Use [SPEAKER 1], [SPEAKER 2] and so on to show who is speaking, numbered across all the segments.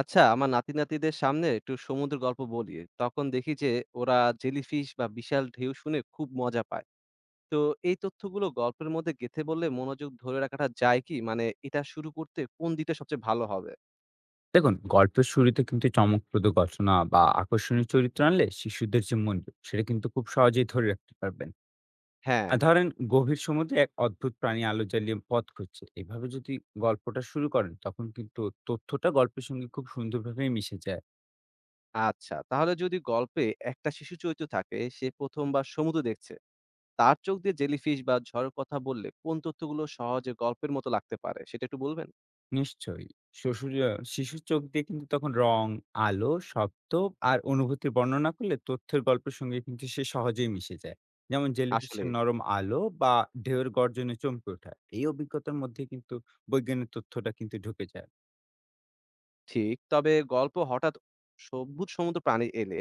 [SPEAKER 1] আচ্ছা, আমার নাতি-নাতিদের সামনে একটু সমুদ্রের গল্প বলি। তখন দেখি যে ওরা জেলিফিশ বা বিশাল ঢেউ শুনে খুব মজা পায়। তো এই তথ্যগুলো গল্পের মধ্যে গেঁথে বললে মনোযোগ ধরে রাখাটা যায় কি? মানে এটা শুরু করতে কোন দিকটা সবচেয়ে ভালো হবে?
[SPEAKER 2] দেখুন, গল্পের শুরুতে কিন্তু চমকপ্রদ ঘটনা বা আকর্ষণীয় চরিত্র আনলে শিশুদের যে মনোযোগ, সেটা কিন্তু খুব সহজেই ধরে রাখতে পারবেন।
[SPEAKER 1] হ্যাঁ,
[SPEAKER 2] আর ধরেন, গভীর সমুদ্রে এক অদ্ভুত প্রাণী আলো জ্বালিয়ে পথ খুঁজছে, এভাবে যদি গল্পটা শুরু করেন, তখন কিন্তু তথ্যটা গল্পের সঙ্গে খুব সুন্দরভাবে মিশে যায়।
[SPEAKER 1] আচ্ছা। তাহলে যদি গল্পে একটা শিশু চরিত্র থাকে, সে ১ম বার সমুদ্র দেখছে। তার চোখ দিয়ে জেলিফিশ বা ঝড়ের কথা বললে কোন তথ্যগুলো সহজে গল্পের মতো লাগতে পারে সেটা একটু বলবেন?
[SPEAKER 2] নিশ্চয়ই। শ্বশুর আ শিশুর চোখ দিয়ে কিন্তু তখন রং, আলো, শব্দ আর অনুভূতির বর্ণনা করলে তথ্যের গল্পের সঙ্গে কিন্তু সে সহজেই মিশে যায়। যেমন জেলিফিশের
[SPEAKER 1] আসলেই,
[SPEAKER 2] নরম আলো বা ঢেউয়ের গর্জনে চমকে ওঠা। এই অভিজ্ঞতার মধ্যে কিন্তু বৈজ্ঞানিক তথ্যটা কিন্তু ঢুকে যায়।
[SPEAKER 1] ঠিক। তবে গল্প হঠাৎ সবুজ সমুদ্র প্রাণী এলে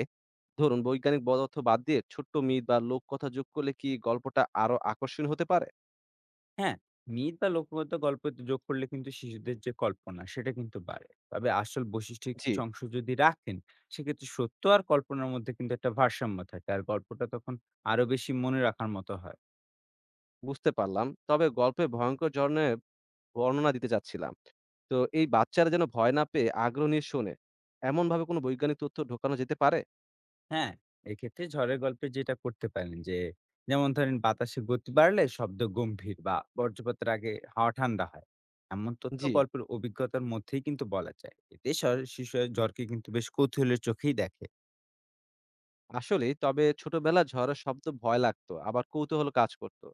[SPEAKER 1] ধরুন বৈজ্ঞানিক পদার্থ বাদ দিয়ে ছোট্ট মিথ বা লোককথা যোগ করলে কি গল্পটা আরো আকর্ষণীয় হতে পারে?
[SPEAKER 2] হ্যাঁ, মিথ বা লোকগত গল্প যোগ করলে কিন্তু শিশুদের যে কল্পনা, সেটা কিন্তু বাড়ে। তবে আসল বৈশিষ্ট্যের
[SPEAKER 1] জি,
[SPEAKER 2] কিছু অংশ যদি রাখেন, সেক্ষেত্রে সত্য আর কল্পনার মধ্যে কিন্তু একটা ভারসাম্য থাকে। আর গল্পটা তখন আরো বেশি মনে রাখার মতো হয়।
[SPEAKER 1] বুঝতে পারলাম। তবে গল্পে ভয়ংকর ধরনের বর্ণনা দিতে চাচ্ছিলাম। তো এই বাচ্চারা যেন ভয় না পেয়ে আগ্রহ নিয়ে শোনে, এমনভাবে কোনো বৈজ্ঞানিক তথ্য ঢোকানো যেতে পারে?
[SPEAKER 2] হ্যাঁ, এক্ষেত্রে ঝড়ের গল্পে যেটা করতে পারেন যে, যেমন ধরেন, বাতাসে গতি বাড়লে শব্দ গম্ভীর বা বজ্রপাতের আগে হাওয়া ঠান্ডা হয়। এমন তথ্য
[SPEAKER 1] জি,
[SPEAKER 2] গল্পের অভিজ্ঞতার মধ্যেই কিন্তু বলা যায়। এতে স শিশুরা ঝড়কে কিন্তু বেশ কৌতূহলের চোখেই দেখে।
[SPEAKER 1] আসলেই। তবে ছোটবেলায় ঝড়ের শব্দ ভয় লাগতো, আবার কৌতূহল কাজ করতো।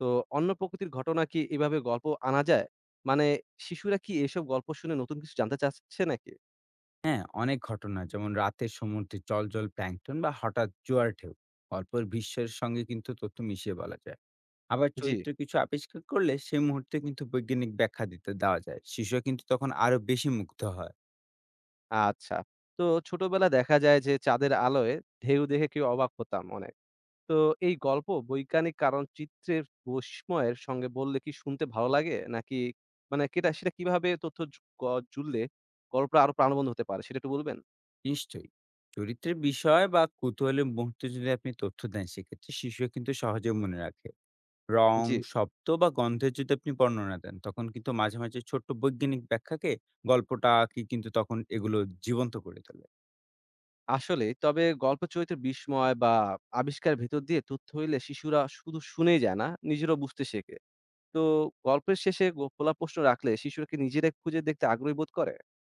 [SPEAKER 1] তো অন্য প্রকৃতির ঘটনা কি এভাবে গল্প আনা যায়? মানে শিশুরা কি এসব গল্প শুনে নতুন কিছু জানতে চাচ্ছে নাকি?
[SPEAKER 2] হ্যাঁ, অনেক ঘটনা যেমন রাতের সমুদ্রে জলজল প্ল্যাংটন বা হঠাৎ জোয়ার ঢেউ, গল্পের বিশ্বের সঙ্গে কিন্তু তথ্য মিশিয়ে বলা যায়। আবার
[SPEAKER 1] জি।
[SPEAKER 2] চরিত্র কিছু আবিষ্কার করলে সেই মুহূর্তে কিন্তু বৈজ্ঞানিক ব্যাখ্যা দিতে দেওয়া যায়। শিশুরা কিন্তু তখন আরো বেশি মুগ্ধ হয়।
[SPEAKER 1] আচ্ছা। তো ছোটবেলায় দেখা যায় যে চাঁদের আলোয় ঢেউ দেখে কেউ অবাক হতাম অনেক। তো এই গল্প বৈজ্ঞানিক কারণ চিত্রের বৈস্ময়ের সঙ্গে বললে কি শুনতে ভালো লাগে? নাকি মানে কেটা সেটা কিভাবে তথ্য জু গ জুড়লে গল্পটা আরো প্রাণবন্ত হতে পারে সেটা একটু বলবেন?
[SPEAKER 2] নিশ্চয়ই। চরিত্রের বিষয় বা কৌতূহলের মুহূর্তে যদি আপনি তথ্য দেন, সেক্ষেত্রে শিশুরা কিন্তু সহজে মনে রাখে। রং,
[SPEAKER 1] জি,
[SPEAKER 2] শব্দ বা গন্ধের যদি আপনি বর্ণনা দেন, তখন কিন্তু মাঝে মাঝে ছোট্ট বৈজ্ঞানিক ব্যাখ্যাকে গল্পটা কি কিন্তু তখন এগুলো জীবন্ত করে তোলে।
[SPEAKER 1] আসলেই। তবে গল্প চরিত্রের বিস্ময় বা আবিষ্কারের ভেতর দিয়ে তথ্য হইলে শিশুরা শুধু শুনেই যায় না, নিজেরাও বুঝতে শেখে। তো গল্পের শেষে খোলা প্রশ্ন রাখলে শিশুরা কি নিজেরাই খুঁজে দেখতে আগ্রহী বোধ করে?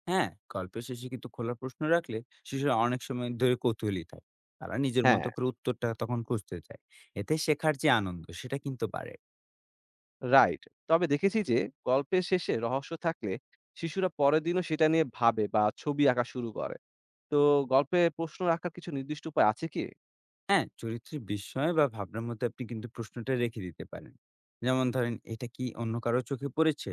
[SPEAKER 2] হ্যাঁ, গল্পের শেষে কিন্তু খোলা প্রশ্ন রাখলে শিশুরা অনেক সময় ধরে কৌতূহলী থাকে। তারা নিজের
[SPEAKER 1] হ্যাঁ।
[SPEAKER 2] মতো করে উত্তরটা তখন খুঁজতে চায়। এতে শেখার যে আনন্দ, সেটা কিন্তু বাড়ে।
[SPEAKER 1] রাইট, তবে দেখেছি যে গল্পের শেষে রহস্য থাকলে শিশুরা পরের দিনও সেটা নিয়ে ভাবে বা ছবি আঁকা শুরু করে। তো গল্পে প্রশ্ন রাখার কিছু নির্দিষ্ট উপায় আছে কি?
[SPEAKER 2] হ্যাঁ, চরিত্রের বিস্ময় বা ভাবনার মধ্যে আপনি কিন্তু প্রশ্নটা রেখে দিতে পারেন। যেমন ধরেন, "এটা কি অন্য কারো চোখে পড়েছে?"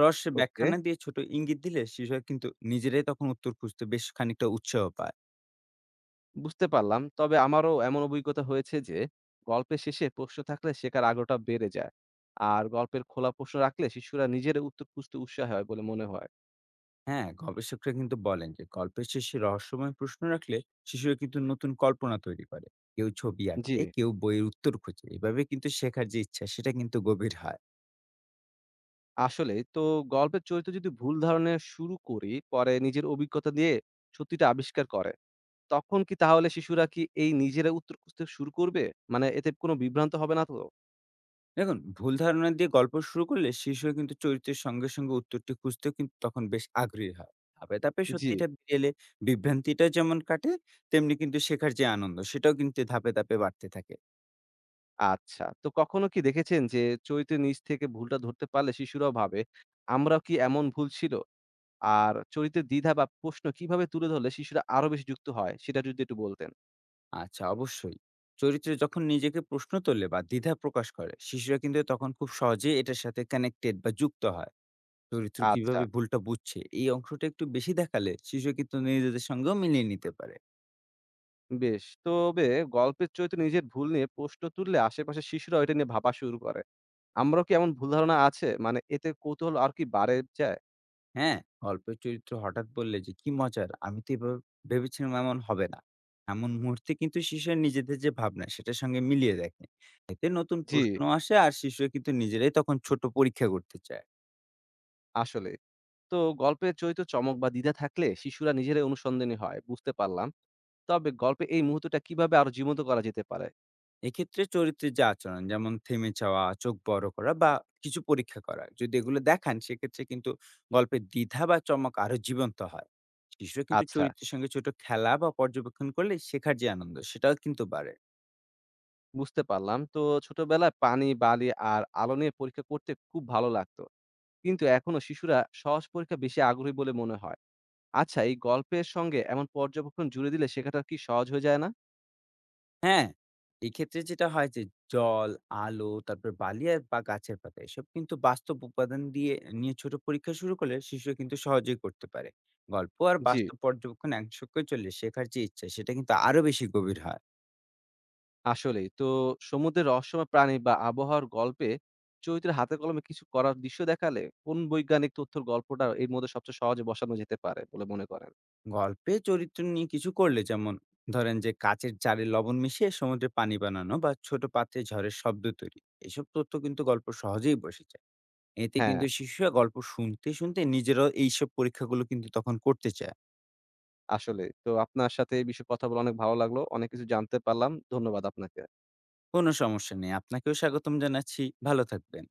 [SPEAKER 2] রহস্যে ব্যাখ্যা
[SPEAKER 1] ওকে,
[SPEAKER 2] না দিয়ে ছোট ইঙ্গিত দিলে শিশুরা কিন্তু নিজেরাই তখন উত্তর খুঁজতে বেশ খানিকটা উৎসাহ পায়।
[SPEAKER 1] বুঝতে পারলাম। তবে আমারও এমন অভিজ্ঞতা হয়েছে যে গল্পের শেষে প্রশ্ন থাকলে শেখার আগ্রহটা বেড়ে যায়। আর গল্পের খোলা প্রশ্ন রাখলে শিশুরা নিজের উত্তর খুঁজতে উৎসাহ হয় বলে মনে হয়।
[SPEAKER 2] হ্যাঁ, গবেষকরা কিন্তু বলেন যে গল্পের শেষে রহস্যময় প্রশ্ন রাখলে শিশুরা কিন্তু নতুন কল্পনা তৈরি করে। কেউ ছবি
[SPEAKER 1] জি,
[SPEAKER 2] আঁকে, কেউ বইয়ের উত্তর খোঁজে। এভাবে কিন্তু শেখার যে ইচ্ছা, সেটা কিন্তু গভীর হয়।
[SPEAKER 1] আসলে তো গল্পের চরিত্র যদি ভুল ধারণা শুরু করি পরে নিজের অভিজ্ঞতা দিয়ে সত্যিটা আবিষ্কার করে তখন কি তাহলে শিশুরা কি এই নিজেরা উত্তর খুঁজতে শুরু করবে? মানে এতে কোনো বিভ্রান্ত হবে না তো?
[SPEAKER 2] দেখুন, ভুল ধারণা দিয়ে গল্প শুরু করলে শিশু কিন্তু চরিত্রের সঙ্গে সঙ্গে উত্তরটি খুঁজতেও কিন্তু তখন বেশ আগ্রহী হয়। ধাপে ধাপে
[SPEAKER 1] জি,
[SPEAKER 2] সত্যিটা বেরিয়ে এলে বিভ্রান্তিটা যেমন কাটে, তেমনি কিন্তু শেখার যে আনন্দ, সেটাও কিন্তু ধাপে ধাপে বাড়তে থাকে।
[SPEAKER 1] আচ্ছা। তো কখনো কি দেখেছেন যে চরিত্রের নিজ থেকে ভুলটা ধরতে পারলে শিশুরাও ভাবে, আমরাও কি এমন ভুল ছিল? আর চরিত্রের দ্বিধা বা প্রশ্ন কিভাবে তুলে ধরলে শিশুরা আরো বেশি যুক্ত হয় সেটা যদি একটু বলতেন।
[SPEAKER 2] আচ্ছা, অবশ্যই। চরিত্র যখন নিজেকে প্রশ্ন তোলে বা দ্বিধা প্রকাশ করে, শিশুরা কিন্তু তখন খুব সহজেই এটার সাথে কানেক্টেড বা যুক্ত হয়। চরিত্র
[SPEAKER 1] আচ্ছা,
[SPEAKER 2] কিভাবে ভুলটা বুঝছে, এই অংশটা একটু বেশি দেখালে শিশু কিন্তু নিজেদের সঙ্গেও মিলিয়ে নিতে পারে।
[SPEAKER 1] বেশ। তবে গল্পের চরিত্রে নিজের ভুল নিয়ে প্রশ্ন তুললে আশেপাশের শিশুরাও এটা নিয়ে ভাবা শুরু করে। আমরাও কি এমন ভুল ধারণা আছে? মানে এতে কৌতূহল আর কি বাড়ে যায়?
[SPEAKER 2] হ্যাঁ, গল্পের চরিত্র হঠাৎ বললে যে, "কি মজার! আমি তো এভাবে ভেবেছিলাম, এমন হবে না।" এমন মুহূর্তে কিন্তু শিশুরা নিজেদের যে ভাবনা, সেটার সঙ্গে মিলিয়ে দেখে। এতে নতুন
[SPEAKER 1] জি,
[SPEAKER 2] প্রশ্ন আসে আর শিশুরা কিন্তু নিজেরাই তখন ছোট পরীক্ষা করতে চায়।
[SPEAKER 1] আসলে। তো গল্পের চরিত্র চমক বা দ্বিধা থাকলে শিশুরা নিজেরাই অনুসন্ধানী হয় বুঝতে পারলাম। তবে গল্পে এই মুহূর্তটা কিভাবে আরো জীবন্ত করা যেতে পারে?
[SPEAKER 2] এক্ষেত্রে চরিত্রের যে আচরণ, যেমন থেমে যাওয়া, চোখ বড় করা বা কিছু পরীক্ষা করা, যদি এগুলো দেখান, সেক্ষেত্রে কিন্তু গল্পের দ্বিধা বা চমক আরো জীবন্ত হয়। শিশুরা কিন্তু
[SPEAKER 1] আচ্ছা,
[SPEAKER 2] চরিত্রের সঙ্গে ছোট খেলা বা পর্যবেক্ষণ করলে শেখার যে আনন্দ, সেটাও কিন্তু বাড়ে।
[SPEAKER 1] বুঝতে পারলাম। তো ছোটবেলায় পানি বালি আর আলো নিয়ে পরীক্ষা করতে খুব ভালো লাগতো, কিন্তু এখনো শিশুরা সহজ পরীক্ষা বেশি আগ্রহী বলে মনে হয়। আচ্ছা, এই গল্পের সঙ্গে এমন পর্যবেক্ষণ জুড়ে দিলে শেখাটা কি সহজ হয়ে যায় না?
[SPEAKER 2] হ্যাঁ, এক্ষেত্রে যেটা হয় যে জল, আলো, তারপর বালি আর বা গাছের পাতা, এসব কিন্তু বাস্তব উপাদান দিয়ে নিয়ে ছোট পরীক্ষা শুরু করলে শিশুরা কিন্তু সহজেই করতে পারে। গল্প আর
[SPEAKER 1] জি,
[SPEAKER 2] বাস্তব পর্যবেক্ষণ একসঙ্গে চললে শেখার যে ইচ্ছা, সেটা কিন্তু আরো বেশি গভীর হয়।
[SPEAKER 1] আসলেই। তো সমুদ্রের রহস্যময় প্রাণী বা আবহাওয়ার গল্পে চরিত্রে হাতে কলমে কিছু করার দৃশ্য দেখালে কোন বৈজ্ঞানিক তথ্যের গল্পটা এর মধ্যে সবচেয়ে সহজে বসানো যেতে পারে বলে মনে করেন?
[SPEAKER 2] গল্পে চরিত্র নিয়ে কিছু করলে, যেমন ধরেন যে কাচের জারে লবণ মিশিয়ে সমুদ্রে পানি বানানো বা ছোট পাত্রে ঝড়ের শব্দ তৈরি। এসব তথ্য কিন্তু গল্প সহজেই বসে যায়। এতে
[SPEAKER 1] হ্যাঁ,
[SPEAKER 2] কিন্তু শিশুরা গল্প শুনতে শুনতে নিজেরাও এইসব পরীক্ষাগুলো কিন্তু তখন করতে চায়।
[SPEAKER 1] আসলেই। তো আপনার সাথে এই বিষয়ে কথা বলে অনেক ভালো লাগলো। অনেক কিছু জানতে পারলাম। ধন্যবাদ আপনাকে।
[SPEAKER 2] কোনো সমস্যা নেই। আপনাকেও স্বাগতম জানাচ্ছি। ভালো থাকবেন।